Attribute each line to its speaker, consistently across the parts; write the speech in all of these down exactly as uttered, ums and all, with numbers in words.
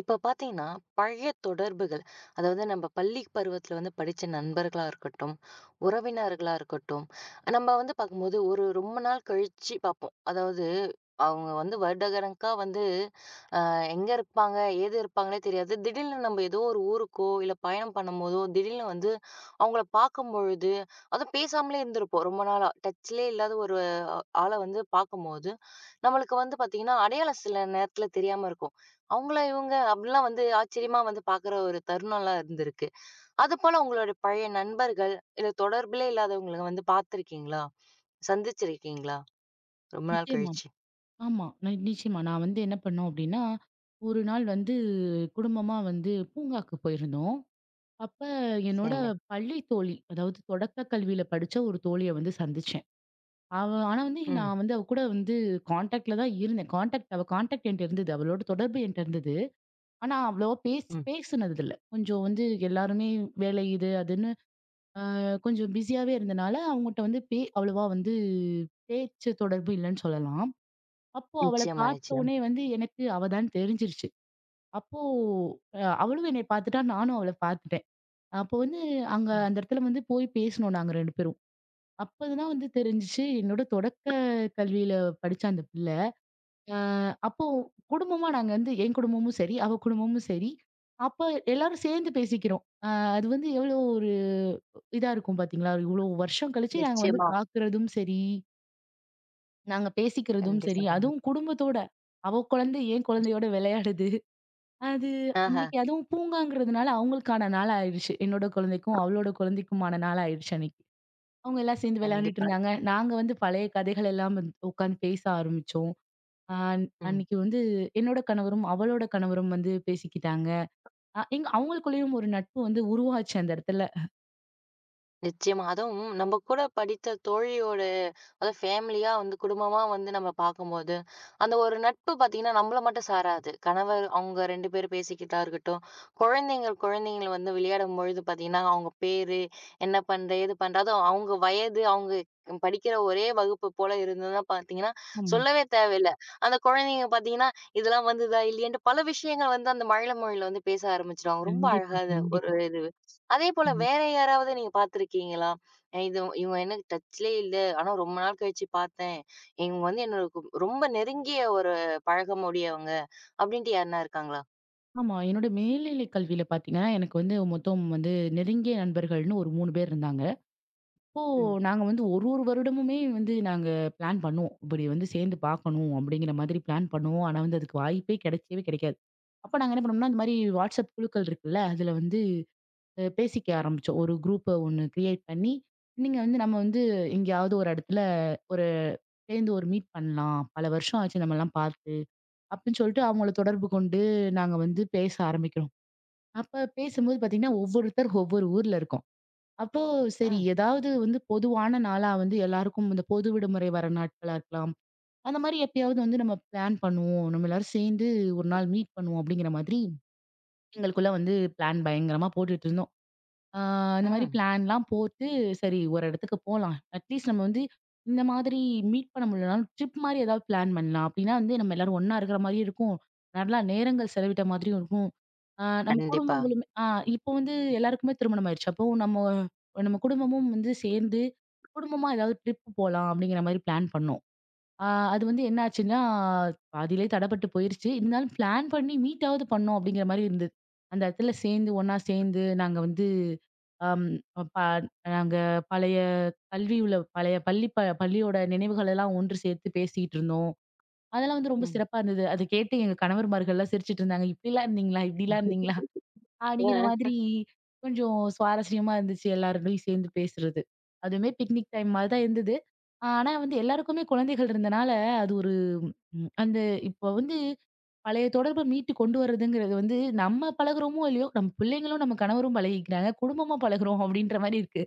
Speaker 1: இப்ப பார்த்தீங்கன்னா, பழைய தொடர்புகள், அதாவது நம்ம பள்ளி பருவத்தில வந்து படிச்ச நண்பர்களா இருக்கட்டும், உறவினர்களா இருக்கட்டும், நம்ம வந்து பார்க்கும்போது ஒரு ரொம்ப நாள் கழிச்சு பார்ப்போம். அதாவது, அவங்க வந்து வருடக்கணக்கா வந்து எங்க இருப்பாங்க? ஏது இருப்பாங்கன்னே தெரியாது. திடீல்னு நம்ம ஏதோ ஒரு ஊருக்கோ, இல்ல பயணம் பண்ணும்போதோ, திடீல்னு வந்து அவங்கள பார்க்கும்பொழுது, அதுவும் பேசாமலே இருந்திருப்போம் ரொம்ப நாளா. டச்‌லே இல்லாத ஒரு ஆள வந்து பார்க்கும்போது, நம்மளுக்கு வந்து பார்த்தீங்கன்னா, அடையாளம் சில நேரத்தில தெரியாம இருக்கும். அவங்களா இவங்க? அப்படிலாம் வந்து ஆச்சரியமா வந்து பார்க்குற ஒரு தருணம்லாம் இருந்திருக்கு. அதுபோல உங்களுடைய பழைய நண்பர்கள், இல்ல தொடர்பிலே இல்லாதவங்கள வந்து பார்த்துருக்கீங்களா? சந்திச்சிருக்கீங்களா? ரொம்ப நாள்
Speaker 2: நிச்சயமா.
Speaker 1: கழிச்சு.
Speaker 2: ஆமா. நி நிச்சயமா. நான் வந்து என்ன பண்ணோம் அப்டின்னா, ஒரு நாள் வந்து குடும்பமா வந்து பூங்காக்கு போயிருந்தோம். அப்ப என்னோட
Speaker 1: சரிங்க.
Speaker 2: பள்ளி தோழி, அதாவது தொடக்க கல்வியில படிச்ச ஒரு தோழிய வந்து சந்திச்சேன். அவ ஆனா வந்து
Speaker 1: ம்,
Speaker 2: நான் வந்து அவ கூட வந்து கான்டாக்ட்ல தான் இருந்தேன். கான்டாக்ட் அவ கான்டாக்ட் என்ட்ட இருந்தது. அவளோட தொடர்பு என்ட்ட இருந்தது. ஆனா அவ்வளவா பேஸ்
Speaker 1: ம்.
Speaker 2: பேசுனது இல்ல. கொஞ்சம் வந்து எல்லாருமே வேலை இது அதுன்னு அ கொஞ்சம் பிஸியாவே இருந்தனால, அவங்கட்ட வந்து பே அவ்வளவா வந்து பேச்சு தொடர்பு இல்லன்னு சொல்லலாம். அப்போ அவள
Speaker 1: நிச்சயமா,
Speaker 2: பார்த்த
Speaker 1: நிச்சயம்.
Speaker 2: உடனே வந்து எனக்கு அவ தான் தெரிஞ்சிருச்சு. அப்போ அ அவளும் என்னைய பார்த்துட்டா, நானும் அவள பார்த்துட்டேன். அப்போ வந்து அங்க அந்த இடத்துல வந்து போய் பேசினோம் நாங்க ரெண்டு பேரும். அப்பதான் வந்து தெரிஞ்சுச்சு என்னோட தொடக்க கல்வியில படிச்ச அந்த பிள்ள. அ அப்போ குடும்பமா நாங்க வந்து என் குடும்பமும் சரி, அவ குடும்பமும் சரி, அப்ப எல்லாரும் சேர்ந்து பேசிக்கிறோம். அ அது வந்து எவ்வளோ ஒரு இதா இருக்கும் பார்த்தீங்களா? இவ்வளோ வருஷம் கழிச்சு நாங்க வந்து
Speaker 1: நிச்சயமா.
Speaker 2: பார்க்குறதும் சரி நாங்க பேசிக்கிறதும்
Speaker 1: கண்டிப்பா,
Speaker 2: சரி,
Speaker 1: கண்டிப்பா.
Speaker 2: அதுவும் குடும்பத்தோட. அவ குழந்தை என் குழந்தையோட விளையாடுது. அது
Speaker 1: ஆஹா,
Speaker 2: அன்னைக்கு அதுவும் பூங்காங்கிறதுனால அவங்களுக்கான நாள் ஆயிடுச்சு. என்னோட குழந்தைக்கும், அவளோட குழந்தைக்குமான நாள் ஆயிடுச்சு அன்னைக்கு. அவங்க எல்லாம் சேர்ந்து விளையாண்டுட்டு
Speaker 1: கண்டிப்பா.
Speaker 2: இருந்தாங்க. நாங்க வந்து பழைய கதைகள் எல்லாம் வந்து உட்காந்து பேச ஆரம்பிச்சோம். அ
Speaker 1: ம்.
Speaker 2: அன்னைக்கு வந்து என்னோட கணவரும், அவளோட கணவரும் வந்து பேசிக்கிட்டாங்க. அ எங்க அவங்களுக்குள்ளேயும் ஒரு நட்பு வந்து உருவாச்சு அந்த இடத்துல.
Speaker 1: நிச்சயமா. அதுவும் நம்ம கூட படித்த தோழியோட அதாவது ஃபேமிலியா வந்து குடும்பமா வந்து நம்ம பார்க்கும்போது, அந்த ஒரு நட்பு பார்த்தீங்கன்னா, நம்மள மட்டும் சாராது. கணவர் அவங்க இரண்டு பேரும் பேசிக்கிட்டா இருக்கட்டும், குழந்தைங்கள் குழந்தைங்கள வந்து விளையாடும்பொழுது பார்த்தீங்கன்னா, அவங்க பேரு, என்ன பண்ற? ஏது பண்ற? அதுவும் அவங்க வயது, அவங்க படிக்கிற ஒரே வகுப்பு போல இருந்ததுன்னா பார்த்தீங்கன்னா,
Speaker 2: ஆமா.
Speaker 1: சொல்லவே தேவையில்ல. அந்த குழந்தைங்க பார்த்தீங்கன்னா, இதெல்லாம் வந்ததா? இல்லையான்ட்டு பல விஷயங்கள் வந்து அந்த மழலை மொழியில வந்து பேச ஆரம்பிச்சுருவாங்க. ரொம்ப
Speaker 2: கண்டிப்பா,
Speaker 1: அழகா அத ஒரு
Speaker 2: கண்டிப்பா.
Speaker 1: இது. அதே போல
Speaker 2: ம்.
Speaker 1: வேற யாராவது நீங்க பார்த்திருக்கீங்களா? அ இது இவங்க எனக்கு டச்லயே இல்ல. ஆனா ரொம்ப நாள் கழிச்சு பார்த்தேன். இவங்க வந்து என்னோட கு ரொம்ப நெருங்கிய ஒரு பழக்கம் உடையவங்க அப்படின்ட்டு யாருன்னா இருக்காங்களா?
Speaker 2: ஆமா. என்னோட மேல்நிலை கல்வியில பார்த்தீங்கன்னா, எனக்கு வந்து மொத்தம் வந்து நெருங்கிய நண்பர்கள்னு ஒரு மூணு பேர் இருந்தாங்க. அப்போ
Speaker 1: ம்.
Speaker 2: நாங்க வந்து ஒரு ஒரு வருடமுமே வந்து நாங்க பிளான் பண்ணுவோம். இப்படி வந்து சேர்ந்து பார்க்கணும் அப்படிங்கிற மாதிரி பிளான் பண்ணுவோம். ஆனா வந்து அதுக்கு வாய்ப்பே கிடைக்கவே கிடைக்காது. அப்ப நாங்க என்ன பண்ணோம்னா, இந்த மாரி வாட்ஸ்அப் குழுக்கள் இருக்குல்ல, அதுல வந்து அ பேசிக்க ஆரம்பிச்சோம். ஒரு குரூப்ப ஒண்ணு கிரியேட் பண்ணி, நீங்க வந்து நம்ம வந்து எங்கேயாவது ஒரு இடத்துல ஒரு சேர்ந்து ஒரு மீட் பண்ணலாம். பல வருஷம் ஆச்சு நம்மலாம் பார்த்து அப்படின்னு சொல்லிட்டு அவங்கள தொடர்பு கொண்டு நாங்க வந்து பேச ஆரம்பிக்கிறோம். அப்ப பேசும்போது பாத்தீங்கன்னா, ஒவ்வொருத்தர் ஒவ்வொரு ஊர்ல இருக்கோம். அப்போ சரி
Speaker 1: ம்.
Speaker 2: ஏதாவது வந்து பொதுவான நாளா வந்து எல்லாருக்கும் இந்த பொது விடுமுறை வர நாட்களா இருக்கலாம். அந்த மாரி எப்பயாவது வந்து நம்ம பிளான் பண்ணுவோம். நம்ம எல்லாரும் சேர்ந்து ஒரு நாள் மீட் பண்ணுவோம் அப்படிங்கிற மாதிரி எங்களுக்குள்ள வந்து பிளான் பயங்கரமா போட்டுட்டு இருந்தோம். ஆ இந்த மாரி
Speaker 1: ம்.
Speaker 2: பிளான்லாம் போட்டு, சரி ஒரு இடத்துக்கு போலாம். அட்லீஸ்ட் நம்ம வந்து இந்த மாதிரி மீட் பண்ண முடியலனாலும், ட்ரிப் மாரி ஏதாவது பிளான் பண்ணலாம். அப்டின்னா வந்து நம்ம எல்லாரும் ஒண்ணா இருக்கிற மாரியும் இருக்கும். நல்லா நேரங்கள் செலவிட்ட மாதிரியும் இருக்கும். ஆ நம்ம
Speaker 1: கண்டிப்பா.
Speaker 2: குடும்பங்களுமே ஆ இப்போ வந்து எல்லாருக்குமே திருமணம் ஆயிருச்சு. அப்போ நம்ம நம்ம குடும்பமும் வந்து சேர்ந்து, குடும்பமா ஏதாவது ட்ரிப் போலாம் அப்டிங்கிற மாரி பிளான் பண்ணோம். ஆ அது வந்து என்ன ஆச்சுன்னா, பாதியிலேயே தடப்பட்டு போயிருச்சு. இருந்தாலும் பிளான் பண்ணி மீட்டாவது பண்ணோம் அப்படிங்கிற மாரி இருந்தது. அந்த இடத்துல சேர்ந்து, ஒண்ணா சேர்ந்து நாங்க வந்து அம் ப நாங்க பழைய கல்வி உள்ள பழைய பள்ளி ப பள்ளியோட நினைவுகள் எல்லாம் ஒன்று சேர்த்து பேசிட்டு இருந்தோம். அதெல்லாம் வந்து ரொம்ப
Speaker 1: ம்.
Speaker 2: சிறப்பா இருந்தது. அத கேட்டு எங்க கணவர்மார்கள்லாம் சிரிச்சுட்டு இருந்தாங்க. "இப்படிலாம் இருந்தீங்களா? இப்படிலாம் இருந்தீங்களா?" அப்படிங்கிற
Speaker 1: அ.
Speaker 2: மாதிரி கொஞ்சம் சுவாரஸ்யமா இருந்துச்சு எல்லாரோடையும் சேர்ந்து பேசுறது. அதுவுமே பிக்னிக் டைம் மாரி தான் இருந்தது. ஆனா வந்து எல்லாருக்குமே குழந்தைகள் இருந்தனால, அது ஒரு ம் அந்த இப்போ வந்து பழைய தொடர்ப மீட்டு கொண்டு வரதுங்கிறது வந்து நம்ம பழகுறோமோ இல்லையோ, நம்ம பிள்ளைங்களும் நம்ம கணவரும் பழகிக்கிறாங்க. குடும்பமா பழகுறோம் அப்படின்ற மாரி இருக்கு.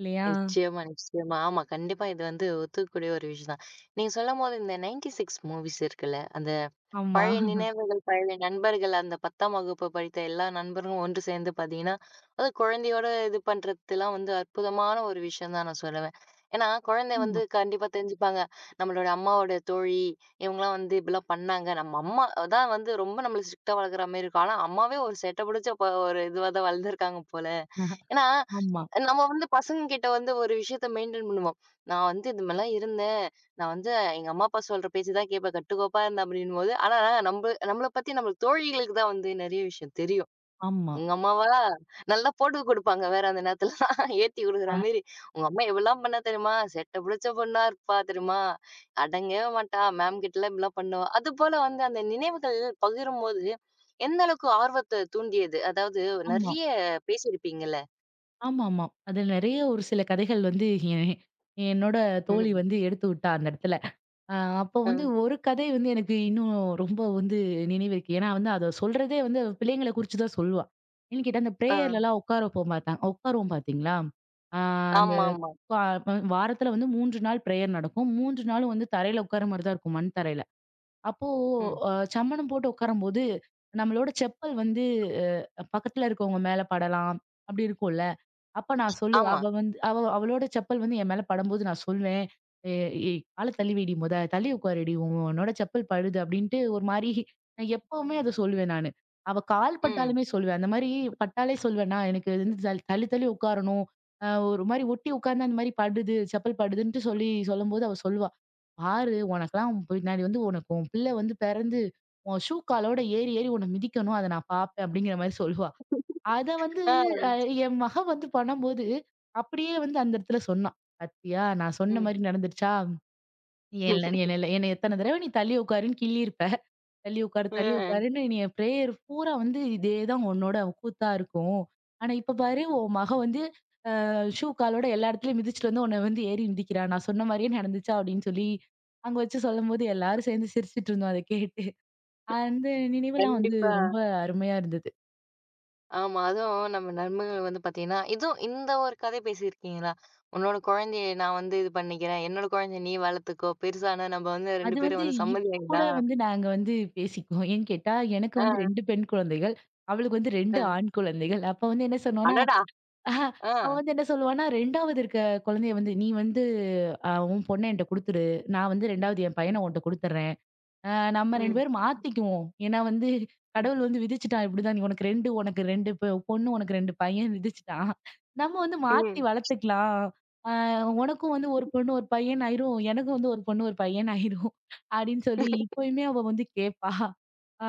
Speaker 2: இல்லையா?
Speaker 1: நிச்சயமா, நிச்சயமா. ஆமா. கண்டிப்பா இது வந்து ஒத்துக்கக்கூடிய ஒரு விஷயம் தான். நீங்க சொல்லும்போது இந்த தொண்ணூற்று ஆறு மூவிஸ் இருக்குல்ல. அந்த
Speaker 2: ஆமா.
Speaker 1: பழைய நினைவுகள், பழைய நண்பர்கள், அந்த பத்தாம் வகுப்பு படித்த எல்லா நண்பர்களும் ஒன்று சேர்ந்து பார்த்தீங்கன்னா, அது குழந்தையோட இது பண்றதுலாம் வந்து அற்புதமான ஒரு விஷயம் தான் நான் சொல்லுவேன். ஏன்னா, குழந்தை வந்து
Speaker 2: ஆமா.
Speaker 1: கண்டிப்பா தெரிஞ்சுப்பாங்க. நம்மளோட அம்மாவோட தோழி, இவங்கலாம் வந்து இப்படிலாம் பண்ணாங்க. நம்ம அம்மா தான் வந்து ரொம்ப நம்மள ஸ்ட்ரிக்ட்டா வளர்க்குற மாரி இருக்கும். ஆனா, அம்மாவே ஒரு சேட்டை பிடிச்ச ப ஒரு இதுவா தான் வளர்ந்துருக்காங்க போல.
Speaker 2: ஆஹ.
Speaker 1: ஏன்னா,
Speaker 2: ஆமா,
Speaker 1: நம்ம வந்து பசங்ககிட்ட வந்து ஒரு விஷயத்த மெயின்டெயின் பண்ணுவோம். நான் வந்து இது மாரிலாம் இருந்தேன். நான் வந்து எங்க அம்மா, அப்பா சொல்ற பேச்சு தான் கேட்பேன். கட்டுக்கோப்பா இருந்தேன் அப்படின்னும்போது, ஆனா நம்ப நம்மள பத்தி நம்ம தோழிகளுக்கு தான் வந்து நெறைய விஷயம் தெரியும்.
Speaker 2: ஆமா.
Speaker 1: உங்க அம்மாவா நல்லா போட்டு குடுப்பாங்க வேற அந்த நேரத்துலலாம். ஏத்தி குடுக்குற
Speaker 2: அ
Speaker 1: மாரி. உங்க அம்மா எவ்வளோலாம் பண்ணா தெரியுமா? செட்ட புடிச்ச பொண்ணா இருப்பா தெரியுமா? அடங்கவே மாட்டா. மேம் கிட்டலாம் இப்படிலாம் பண்ணுவா. அதுபோல வந்து அந்த நினைவுகள் பகிரும்போது, எந்த அளவுக்கு ஆர்வத்த தூண்டியது? அதாவது
Speaker 2: ஆமா,
Speaker 1: நெறைய பேசியிருப்பீங்கல்ல?
Speaker 2: ஆமாமா. அதுல நெறைய ஒரு சில கதைகள் வந்து எ என்னோட தோழி
Speaker 1: ம்.
Speaker 2: வந்து எடுத்து விட்டா அந்த இடத்துல. அ அப்போ
Speaker 1: அ.
Speaker 2: வந்து ஒரு கதை வந்து எனக்கு இன்னும் ரொம்ப வந்து நினைவிருக்கு. ஏன்னா வந்து அத சொல்றதே வந்து அவ பிள்ளைங்கள குறிச்சு தான் சொல்லுவா. ஏன்னு கேட்டா, அந்த
Speaker 1: ஆ.
Speaker 2: பிரேயர்லலாம் உட்கார வைப்போம் பார்த்தா உட்காருவோம் பார்த்தீங்களா? ஆ அந்த
Speaker 1: ஆமாமா.
Speaker 2: வா வாரத்துல வந்து மூன்று நாள் பிரேயர் நடக்கும். மூன்று நாளும் வந்து தரையில உட்கார மாரி தான் இருக்கும். மண் தரையில. அப்போ
Speaker 1: ம்.
Speaker 2: அ சம்மணம் போட்டு உட்காரும்போது, நம்மளோட செப்பல் வந்து அ பக்கத்துல இருக்கவங்க மேல படலாம். அப்படி இருக்கும்ல. அப்ப நான் சொல்லுவேன்.
Speaker 1: ஆமா.
Speaker 2: அவ வந்து அவ அவளோட செப்பல் வந்து என் மேல படும்போது நான் சொல்லுவேன். "ஏ ஏய் கால தள்ளி வைடி மொத. தள்ளி உட்காருடி. உன் உன்னோட செப்பல் படுது." அப்படின்ட்டு ஒரு மாரி நான் எப்பவுமே அத சொல்லுவேன் நானு. அவ கால்
Speaker 1: ம்.
Speaker 2: பட்டாலுமே சொல்லுவேன். அந்த மாரி பட்டாலே சொல்லுவேன்னா, எனக்கு வந்து தள் தள்ளி தள்ளி உட்காரணும். அ ஒரு மாரி ஒட்டி உட்கார்ந்தா அந்த மாரி படுது, செப்பல் படுதுன்ட்டு சொல்லி சொல்லும்போது அவ சொல்லுவா. "பாரு உனக்கெல்லாம் உன் பின்னாடி வந்து உனக்கு உன் பிள்ளை வந்து பிறந்து, உன் ஷூ காலோட ஏறி ஏறி உன்ன மிதிக்கணும். அத நான் பார்ப்பேன்." அப்படிங்கிற மாரி சொல்லுவா. அத வந்து
Speaker 1: ஆ.
Speaker 2: அ என் மகன் வந்து பண்ணும்போது, அப்படியே வந்து அந்த இடத்துல சொன்னான். "பாத்தியா நான் சொன்ன
Speaker 1: ம்.
Speaker 2: மாரி நடந்துருச்சா? நீ என்ன நீ என்னைல என்னைய எத்தன தடவ நீ தள்ளி உட்காருன்னு கிள்ளியிருப்ப. தள்ளி உட்காரு,
Speaker 1: ஆ.
Speaker 2: தள்ளி உட்காருன்னு நீ என் பிரேயர் பூரா வந்து இதே தான் உன்னோட கூத்தா இருக்கும். ஆனா இப்ப பாரு உன் மகன் வந்து அ ஷூ காலோட எல்லா இடத்துலயும் மிதிச்சுட்டு வந்து உன்ன வந்து ஏறி மிதிக்கிறான். நான் சொன்ன மாரியே நடந்துச்சா?" அப்படின்னு சொல்லி அங்க வச்சு சொல்லும்போது எல்லாரும் சேர்ந்து சிரிச்சுட்டு இருந்தோம் அத கேட்டு. அந்த நினைவெல்லாம் வந்து
Speaker 1: கண்டிப்பா.
Speaker 2: ரொம்ப அருமையா இருந்தது.
Speaker 1: ஆமா. அதுவும் நம்ம நண்பர்கள் வந்து பார்த்தீங்கன்னா, இதுவும் இந்த ஒரு கதை பேசியிருக்கீங்களா? "உன்னோட குழந்தைய நான் வந்து இது பண்ணிக்கிறேன். என்னோட குழந்தைய நீ வளர்த்துக்கோ. பெருசானா நம்ம வந்து இரண்டு
Speaker 2: அது
Speaker 1: பேரும்
Speaker 2: வந்து
Speaker 1: வந்து
Speaker 2: இப்ப கூட
Speaker 1: சம்மதியாயிடலாம்."
Speaker 2: வந்து நாங்க வந்து பேசிக்குவோம். ஏன்னு கேட்டா, எனக்கு
Speaker 1: ஆ,
Speaker 2: வந்து ரெண்டு பெண் குழந்தைகள். அவளுக்கு வந்து
Speaker 1: ஆ.
Speaker 2: ரெண்டு ஆண் குழந்தைகள். அப்ப வந்து என்ன சொன்னோம்னா,
Speaker 1: அடடா!
Speaker 2: ஆஹ்,
Speaker 1: ஆ.
Speaker 2: அவ வந்து என்ன சொல்லுவான்னா, 2வது இருக்க குழந்தைய வந்து, "நீ வந்து அ உன் பொண்ண என்ட்ட குடுத்துரு. நான் வந்து 2வது என் பையன உன்ட்ட குடுத்துடுறேன்." அ நம்ம ரெண்டு
Speaker 1: ம்.
Speaker 2: பேரும் மாத்திக்குவோம். ஏன்னா வந்து
Speaker 1: ம்.
Speaker 2: கடவுள் வந்து விதிச்சுட்டான் இப்படிதான். நீ உனக்கு ரெண்டு உனக்கு ரெண்டு பொ பொண்ணு, உனக்கு ரெண்டு பையன் விதிச்சுட்டான். நம்ம வந்து மாத்தி
Speaker 1: ம்.
Speaker 2: வளர்த்துக்கலாம். அ உனக்கும் வந்து ஒரு பொண்ணு, ஒரு பையன் ஆயிரும். எனக்கும் வந்து ஒரு பொண்ணு, ஒரு பையன் ஆயிரும். அப்படின்னு சொல்லி இப்பயுமே அவ வந்து கேட்பா. அ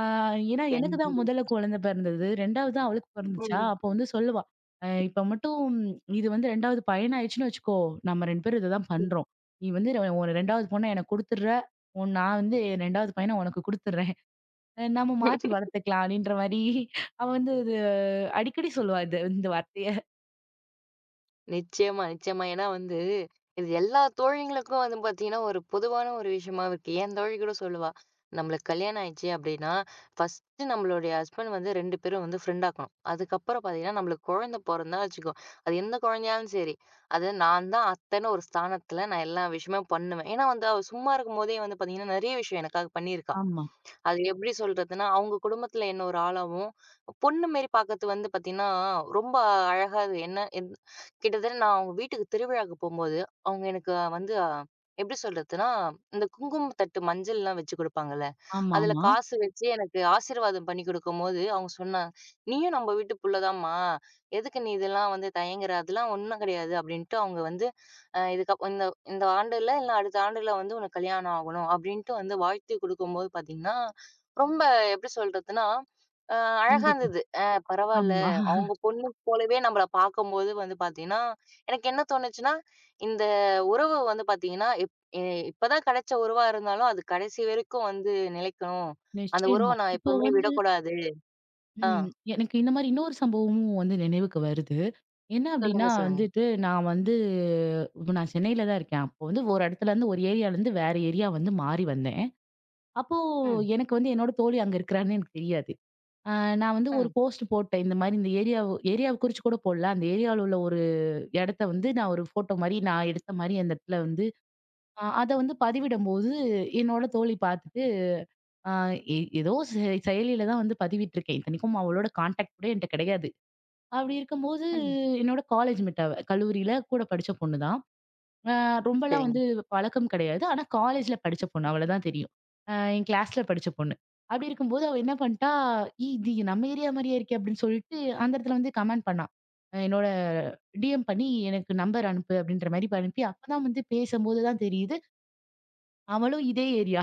Speaker 2: ஏன்னா எனக்கு தான் முதல்ல
Speaker 1: கண்டிப்பா.
Speaker 2: குழந்தை பிறந்தது. 2வது அவளுக்கு பிறந்துச்சா, அப்போ வந்து சொல்லுவா. அ இப்ப மட்டும் இது வந்து 2வது பையன் ஆயிடுச்சுன்னு வச்சுக்கோ, நம்ம ரெண்டு பேரும் இத தான் பண்றோம். நீ வந்து ஒரு 2வது பொண்ண எனக்கு குடுத்துடுற. உன் நான் வந்து 2வது பையன உனக்கு குடுத்துடுறேன். அ நம்ம மாத்தி
Speaker 1: ம்.
Speaker 2: வளர்த்துக்கலாம் அப்படின்ற மாரி அவ வந்து இது அடிக்கடி சொல்லுவா இது இந்த வார்த்தைய.
Speaker 1: நிச்சயமா, நிச்சயமா. ஏன்னா வந்து, இது எல்லா தோழிகளுக்கும் வந்து பார்த்தீங்கன்னா, ஒரு பொதுவான ஒரு விஷயமா இருக்கு. என் தோழி கூட சொல்லுவா, "நம்மளுக்கு கல்யாணம் ஆயிடுச்சு அப்படின்னா, ஃபர்ஸ்ட்டு நம்மளுடைய ஹஸ்பண்ட் வந்து இரண்டு பேரும் வந்து ஃப்ரெண்ட் ஆக்கணும். அதுக்கப்புறம் பார்த்தீங்கன்னா, நம்மளுக்கு குழந்தை பொறந்தா வச்சுக்கோ, அது எந்த குழந்தையாலும் சரி, அது நான் தான் அத்தன்னு ஒரு ஸ்தானத்துல நான் எல்லா விஷயமும் பண்ணுவேன்." ஏன்னா வந்து அவ சும்மா இருக்கும்போதே வந்து பார்த்தீங்கன்னா, நெறைய விஷயம் எனக்காக பண்ணியிருக்கா.
Speaker 2: ஆமா.
Speaker 1: அது எப்படி சொல்றதுன்னா, அவங்க குடும்பத்துல என்ன ஒரு ஆளாவும், பொண்ணு மாரி பாக்கறது வந்து பாத்தீங்கன்னா, ரொம்ப அழகா அது என்ன என் கிட்டத்தட்ட நான் அவங்க வீட்டுக்கு திருவிழாக்கு போம்போது, அவங்க எனக்கு வந்து அஹ், எப்படி சொல்றதுன்னா, இந்த குங்குமம் தட்டு மஞ்சள்லாம் வச்சு குடுப்பாங்கல்ல, அதுல
Speaker 2: ஆமாமா.
Speaker 1: காசு வச்சு எனக்கு ஆசீர்வாதம் பண்ணி குடுக்கும்போது, அவங்க சொன்னாங்க, "நீயும் நம்ம வீட்டு புள்ள தான்ம்மா. எதுக்கு நீ இதெல்லாம் வந்து தயங்குற? அதெல்லாம் ஒண்ணும் கிடையாது." அப்படின்ட்டு அவங்க வந்து, அ இதுக்கப் இந்த இந்த ஆண்டுல இல்ல அடுத்த ஆண்டுல வந்து உனக்கு கல்யாணம் ஆகணும் அப்படின்ட்டு வந்து வாழ்த்து குடுக்கும்போது பாத்தீங்கன்னா ரொம்ப எப்படி சொல்றதுன்னா, அ அழகா
Speaker 2: கண்டிப்பா.
Speaker 1: இருந்தது. அ பரவால்ல.
Speaker 2: ஆமா.
Speaker 1: அவங்க பொண்ணு போலவே நம்மள பார்க்கும்போது வந்து பார்த்தீங்கன்னா, எனக்கு என்ன தோணுச்சுன்னா, இந்த உறவு வந்து பார்த்தீங்கன்னா, இப் எ இப்பதான் கிடைச்ச உறவா இருந்தாலும், அது கடைசி வரைக்கும் வந்து நிலைக்கணும். அந்த உறவ
Speaker 2: நிச்சயமா.
Speaker 1: நான்
Speaker 2: இப்போ
Speaker 1: எப்பவுமே
Speaker 2: வந்து
Speaker 1: விடக்கூடாது. ஆ.
Speaker 2: ம். எனக்கு இந்த மாரி இன்னொரு சம்பவமும் வந்து நினைவுக்கு வருது. என்ன அப்படின்னா
Speaker 1: சொல்லுங்க, சொல்லுங்க.
Speaker 2: வந்துட்டு, நான் வந்து இப்ப நான் சென்னையில தான் இருக்கேன். அப்போ வந்து ஒரு இடத்துலருந்து ஒரு ஏரியாலருந்து வேற ஏரியா வந்து மாறி வந்தேன். அப்போ
Speaker 1: ம்,
Speaker 2: எனக்கு வந்து என்னோட தோழி அங்க இருக்கிறான்னு எனக்கு தெரியாது. அ நான் வந்து ஒரு
Speaker 1: ம்,
Speaker 2: போஸ்ட் போட்டேன். இந்த மாரி இந்த ஏரியாவ ஏரியாவ குறிச்சு கூட போடல. அந்த ஏரியால உள்ள ஒரு இடத்த வந்து நான் ஒரு ஃபோட்டோ மாரி நான் எடுத்த மாரி அந்த இடத்துல வந்து அ அத வந்து பதிவிடும்போது, என்னோட தோழி பார்த்துட்டு, அ எ ஏதோ செ செயலில தான் வந்து பதிவிட்டுருக்கேன். இத்தனைக்கும் அவளோட கான்டாக்ட் கூட என்ட்ட கிடையாது. அப்படி இருக்கும்போது
Speaker 1: ம்.
Speaker 2: என்னோட காலேஜ் மேட் அவ. கல்லூரியில கூட படிச்ச பொண்ணு தான். அ ரொம்பலாம்
Speaker 1: சரிங்க.
Speaker 2: வந்து பழக்கம் கிடையாது. ஆனா காலேஜ்ல படிச்ச பொண்ணு. அவள தான் தெரியும். அ என் கிளாஸ்ல படிச்ச பொண்ணு. அப்படி இருக்கும்போது அவ என்ன பண்ணிட்டா, "ஏய்! இது நம்ம ஏரியா மாரியே இருக்கே" அப்படின்னு சொல்லிட்டு, அந்த இடத்துல வந்து கமெண்ட் பண்ணா. அஹ் என்னோட டிஎம் பண்ணி எனக்கு நம்பர் அனுப்பு அப்படின்ற மாரி அனுப்பி அப்பதான் வந்து பேசும்போது தான் தெரியுது, அவளும் இதே ஏரியா.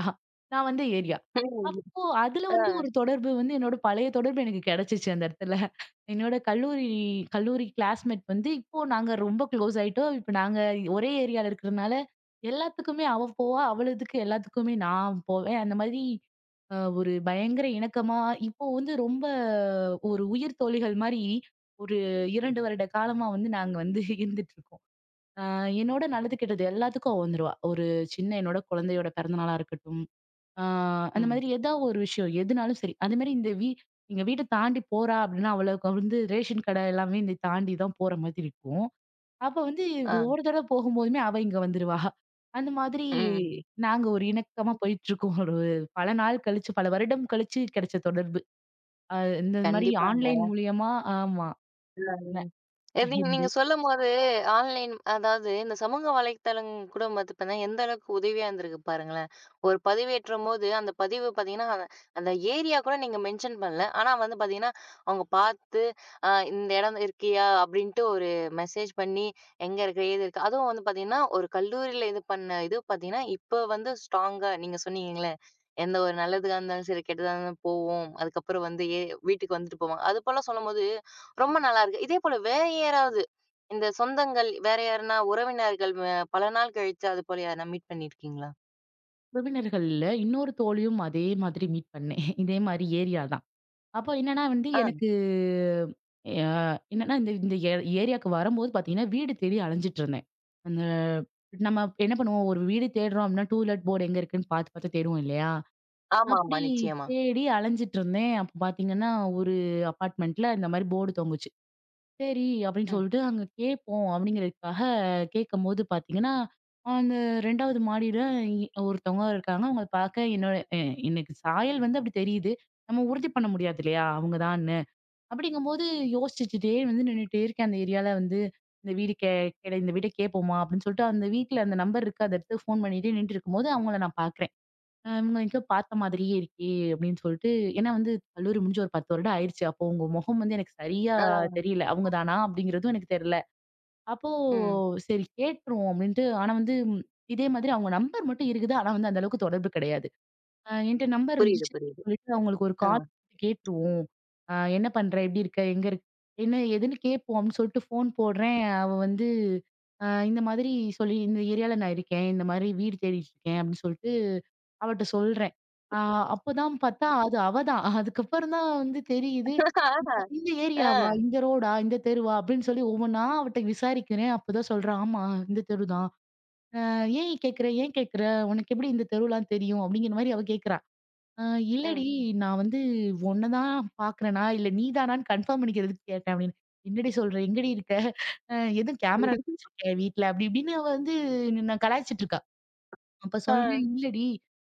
Speaker 2: நான் வந்த ஏரியா.
Speaker 1: ம்.
Speaker 2: அப்போ அதுல
Speaker 1: ஆ.
Speaker 2: வந்து ஒரு தொடர்பு வந்து என்னோட பழைய தொடர்பு எனக்கு கிடைச்சிச்சு அந்த இடத்துல. என்னோட கல்லூரி கல்லூரி கிளாஸ்மேட் வந்து இப்போ நாங்க ரொம்ப க்ளோஸ் ஆயிட்டோம். இப்ப நாங்க ஒரே ஏரியால இருக்கிறனால எல்லாத்துக்குமே அவ போவா. அவளுதுக்கு எல்லாத்துக்குமே நான் போவேன். அந்த மாதிரி அ ஒரு பயங்கர இணக்கமா இப்போ வந்து ரொம்ப ஒரு உயிர் தோழிகள் மாரி ஒரு இரண்டு வருட காலமா வந்து நாங்க வந்து இருந்துட்டுருக்கோம். ஆ என்னோட நல்லது, கெட்டது எல்லாத்துக்கும் அவ வந்துருவா. ஒரு சின்ன என்னோட குழந்தையோட பிறந்த நாளா இருக்கட்டும், ஆ அந்த
Speaker 1: ம்.
Speaker 2: மாதிரி ஏதா ஒரு விஷயம் எதுனாலும் சரி. அது மாரி இந்த வீ எங்க வீட்ட தாண்டி போறா அப்படின்னா, அவளுக்கு வந்து ரேஷன் கடை எல்லாமே இந்த தாண்டி தான் போற மாதிரி இருக்கும். அப்ப வந்து
Speaker 1: ஆ.
Speaker 2: ஒவ்வொரு தடவ போகும்போதுமே அவ இங்க வந்துருவா. அந்த மாதிரி
Speaker 1: ம்.
Speaker 2: நாங்க ஒரு இணக்கமா போயிட்டுருக்கோம். ஒரு பல நாள் கழிச்சு, பல வருடம் கழிச்சு கிடைச்ச தொடர்பு. அ இந்த மாதிரி
Speaker 1: கண்டிப்பாங்க.
Speaker 2: ஆன்லைன் மூலியமா ஆமா.
Speaker 1: அ. இது
Speaker 2: ந
Speaker 1: நீங்க சொல்லும்போது ஆன்லைன் அதாவது இந்த சமூக வலைத்தளம் கூட பாத்தீங்கன்னா எந்த அளவுக்கு உதவியா இருந்திருக்கு பாருங்களேன். ஒரு பதிவேற்றும் போது அந்த பதிவு பாத்தீங்கன்னா, அ அந்த ஏரியா கூட நீங்க மென்ஷன் பண்ணல. ஆனா வந்து பாத்தீங்கன்னா, அவங்க பார்த்து அ இந்த இடம் இருக்கியா அப்படின்ட்டு ஒரு மெசேஜ் பண்ணி எங்க இருக்கு? ஏது இருக்கு? அதுவும் வந்து பாத்தீங்கன்னா, ஒரு கல்லூரியில இது பண்ண இது பாத்தீங்கன்னா, இப்ப வந்து ஸ்ட்ராங்கா நீங்க சொன்னீங்கல்ல. எந்த ஒரு நல்லதுக்கா இருந்தாலும் சரி, கெட்டதா இருந்தாலும் போவோம். அதுக்கப்புறம் வந்து ஏ வீட்டுக்கு வந்துட்டு போவோம். அதுபோல சொல்லும்போது ரொம்ப நல்லா இருக்கு. இதே போல வேற யாராவது, இந்த சொந்தங்கள் வேற யாருன்னா உறவினர்கள் வ பல நாள் கழிச்சு அது போல யாருனா மீட் பண்ணியிருக்கீங்களா?
Speaker 2: உறவினர்கள்ல இன்னொரு தோழியும் அதே மாதிரி மீட் பண்ணேன். இதே மாரி ஏரியா தான். அப்போ என்னன்னா வந்து
Speaker 1: ஆ.
Speaker 2: எனக்கு அ என்னன்னா இந்த இந்த ஏ ஏரியாவுக்கு வரும்போது பார்த்தீங்கன்னா, வீடு தேடி அலைஞ்சிட்டு இருந்தேன். அந்த நம்ம என்ன பண்ணுவோம், ஒரு வீடு தேடுறோம் அப்படின்னா, டூ லெட் போர்டு எங்க இருக்குன்னு பார்த்து பார்த்து தேடுவோம் இல்லையா?
Speaker 1: ஆமாமா.
Speaker 2: அப்படி
Speaker 1: நிச்சயமா.
Speaker 2: தேடி அலைஞ்சிட்டு இருந்தேன். அப்போ பார்த்தீங்கன்னா, ஒரு அபார்ட்மெண்ட்ல இந்த மாரி போர்டு தொங்குச்சு. சரி அப்படின்னு
Speaker 1: ம்.
Speaker 2: சொல்லிட்டு அங்க கேட்போம் அப்படிங்கிறதுக்காக கேட்கும்போது பாத்தீங்கன்னா, அந்த 2வது மாடியில இ ஒருத்தவங்க இருக்காங்க. அவங்க பாக்க என்னோட எ எனக்கு சாயல் வந்து அப்படி தெரியுது. நம்ம உறுதி பண்ண முடியாது இல்லையா? அவங்க தான்னு. அப்படிங்கும்போது யோசிச்சுட்டே வந்து நின்னுட்டே இருக்கேன். அந்த ஏரியால வந்து இந்த வீடு கே கேட- இந்த வீட்ட கேட்போமா அப்படின்னு சொல்லிட்டு அந்த வீட்ல அந்த நம்பர் இருக்கு. அத எடுத்து ஃபோன் பண்ணிட்டே நின்னுட்டு இருக்கும்போது அவங்கள நான் பாக்குறேன். அ இவங்க எங்கேயோ பார்த்த மாதிரியே இருக்கே! அப்படின்னு சொல்லிட்டு ஏன்னா வந்து கல்லூரி முடிஞ்சு ஒரு பத்து வருடம் ஆயிருச்சு. அப்போ உங்க முகம் வந்து எனக்கு சரியா
Speaker 1: ஆ.
Speaker 2: தெரியல. அவங்க தானா? அப்படிங்கிறதும் எனக்கு தெரியல. அப்போ
Speaker 1: ம்.
Speaker 2: சரி கேட்டுருவோம் அப்படின்ட்டு ஆனா வந்து ம், இதே மாதிரி அவங்க நம்பர் மட்டும் இருக்குது. ஆனா வந்து அந்த அளவுக்கு தொடர்பு கிடையாது. அ என்ட்ட நம்பர்
Speaker 1: புரியுது,
Speaker 2: இருந்துச்சு
Speaker 1: புரியுது.
Speaker 2: சொல்லிட்டு அவங்களுக்கு ஒரு
Speaker 1: ஆ.
Speaker 2: கால் கேட்டுருவோம். அ என்ன பண்ற? எப்படி இருக்க? எங்க இருக்க? என்ன ஏதுன்னு கேட்போம் அப்படின்னு சொல்லிட்டு ஃபோன் போடுறேன். அவ வந்து அ இந்த மாதிரி சொல்லி இந்த ஏரியால நான் இருக்கேன். இந்த மாதிரி வீடு தேடிட்டு இருக்கேன் அப்படின்னு சொல்லிட்டு அவட்ட சொல்றேன். ஆ அப்பதான் பார்த்தா அது அவ தான். அதுக்கப்புறம் தான் வந்து தெரியுது. இந்த இந்த
Speaker 1: ஆ.
Speaker 2: ஏரியாவா?
Speaker 1: ஆ,
Speaker 2: இந்த ரோடா? இந்த தெருவா? அப்படின்னு சொல்லி ஒவ்வொன்னா அவட்ட விசாரிக்கிறேன். அப்பதான் சொல்றா, ஆமா இந்த தெரு தான். அ "ஏன் கேட்கிற? ஏன் கேட்கிற? உனக்கு எப்படி இந்த தெருலாம் தெரியும்?" அப்படிங்கிற மாரி அவ கேட்கிறா. "அ இல்லடி
Speaker 1: ம்.
Speaker 2: நான் வந்து உன்ன தான் பார்க்குறேனா, இல்ல நீ தானான்னு கன்ஃபார்ம் பண்ணிக்கிறதுக்கு கேட்டேன்" அப்படின்னு. "என்னடி சொல்ற? எங்கடி இருக்க? அ எதுவும் கேமரா வச்சிருக்கியா வீட்ல?" அப்படி இப்படின்னு அவ வந்து என்ன கலாய்ச்சிட்டு இருக்கா. அப்ப
Speaker 1: ஆ.
Speaker 2: சொல்றேன், "இல்லடி,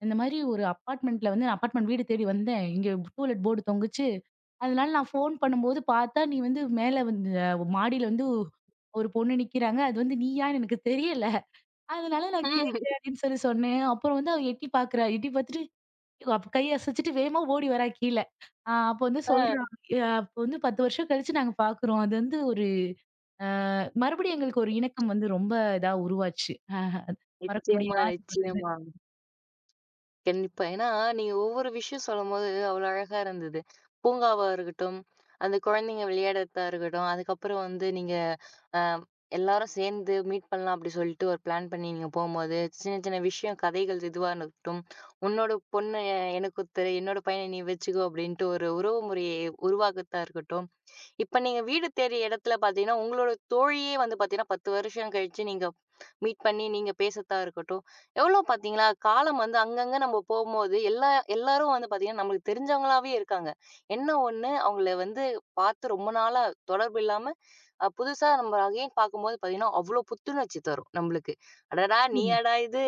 Speaker 2: இந்த மாரி ஒரு அப்பார்ட்மெண்ட்ல வந்து நான் அப்பார்ட்மெண்ட் வீடு தேடி வந்தேன். இங்க டூலெட் போர்டு தொங்குச்சு. அதனால நான் ஃபோன் பண்ணும்போது பார்த்தா, நீ வந்து மேல வந்து அ மாடியில வந்து ஒரு பொண்ணு நிக்கிறாங்க. அது வந்து நீயான்னு எனக்கு தெரியல. அதனால நான்
Speaker 1: ம்.
Speaker 2: கேட்கிறேன்" அப்படின்னு சொல்லி சொன்னேன். அப்புறம் வந்து அவ எட்டி பார்க்குறா. எட்டி பார்த்துட்டு இவ அப்ப கை அசைச்சுட்டு வேகமா ஓடி வரா கீழ. அ அப்ப வந்து
Speaker 1: ஆ.
Speaker 2: சொல்றா, "அ அப்ப வந்து பத்து வருஷம் கழிச்சு நாங்க பார்க்குறோம். அது வந்து ஒரு அ மறுபடியும் எங்களுக்கு ஒரு இணக்கம் வந்து ரொம்ப இதா உருவாச்சு. அ மறக்க
Speaker 1: நிச்சயமா,
Speaker 2: முடியாத ஒரு இது."
Speaker 1: நிச்சயமா. கண்டிப்பா. ஏன்னா, நீங்க ஒவ்வொரு விஷயம் சொல்லும்போது அவ்வளோ அழகா இருந்தது. பூங்காவா இருக்கட்டும், அந்த குழந்தைங்க விளையாடுறதா இருக்கட்டும், அதுக்கப்புறம் வந்து நீங்க அ எல்லாரும் சேர்ந்து மீட் பண்ணலாம் அப்படி சொல்லிட்டு ஒரு பிளான் பண்ணி நீங்க போம்போது, சின்ன சின்ன விஷயம் கதைகள் இதுவா இருக்கட்டும், "உன்னோட பொண்ண எனக்கு குடுத்துரு, என்னோட பையன நீ வச்சுக்கோ" அப்படின்ட்டு ஒரு உறவு முறையை உருவாக்குறதா இருக்கட்டும். இப்ப நீங்க வீடு தேடிய இடத்துல பார்த்தீங்கன்னா, உங்களோட தோழியே வந்து பார்த்தீங்கன்னா பத்து வருஷம் கழிச்சு நீங்க மீட் பண்ணி நீங்க பேசுறதா இருக்கட்டும். எவ்வளோ பார்த்தீங்களா, காலம் வந்து அங்கங்க நம்ம போம்போது, எல்லா எல்லாரும் வந்து பார்த்தீங்கன்னா, நம்மளுக்கு தெரிஞ்சவங்களாவே இருக்காங்க. என்ன ஒண்ணு அவங்கள வந்து பார்த்து ரொம்ப நாளா தொடர்பு இல்லாம, அ புதுசா நம்ம அகைன் பார்க்கும்போது பார்த்தீங்கன்னா, அவ்வளோ புத்துணர்ச்சி தரும் நம்மளுக்கு. "அடடா! நீயாடா இது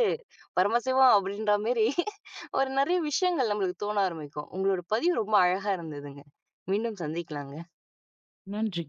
Speaker 1: பரமசிவம்" அப்படின்ற மாரி ஒரு நெறைய விஷயங்கள் நம்மளுக்கு தோண ஆரம்பிக்கும். உங்களோட பதிவு ரொம்ப அழகா இருந்ததுங்க. மீண்டும் சந்திக்கலாங்க.
Speaker 2: நன்றி.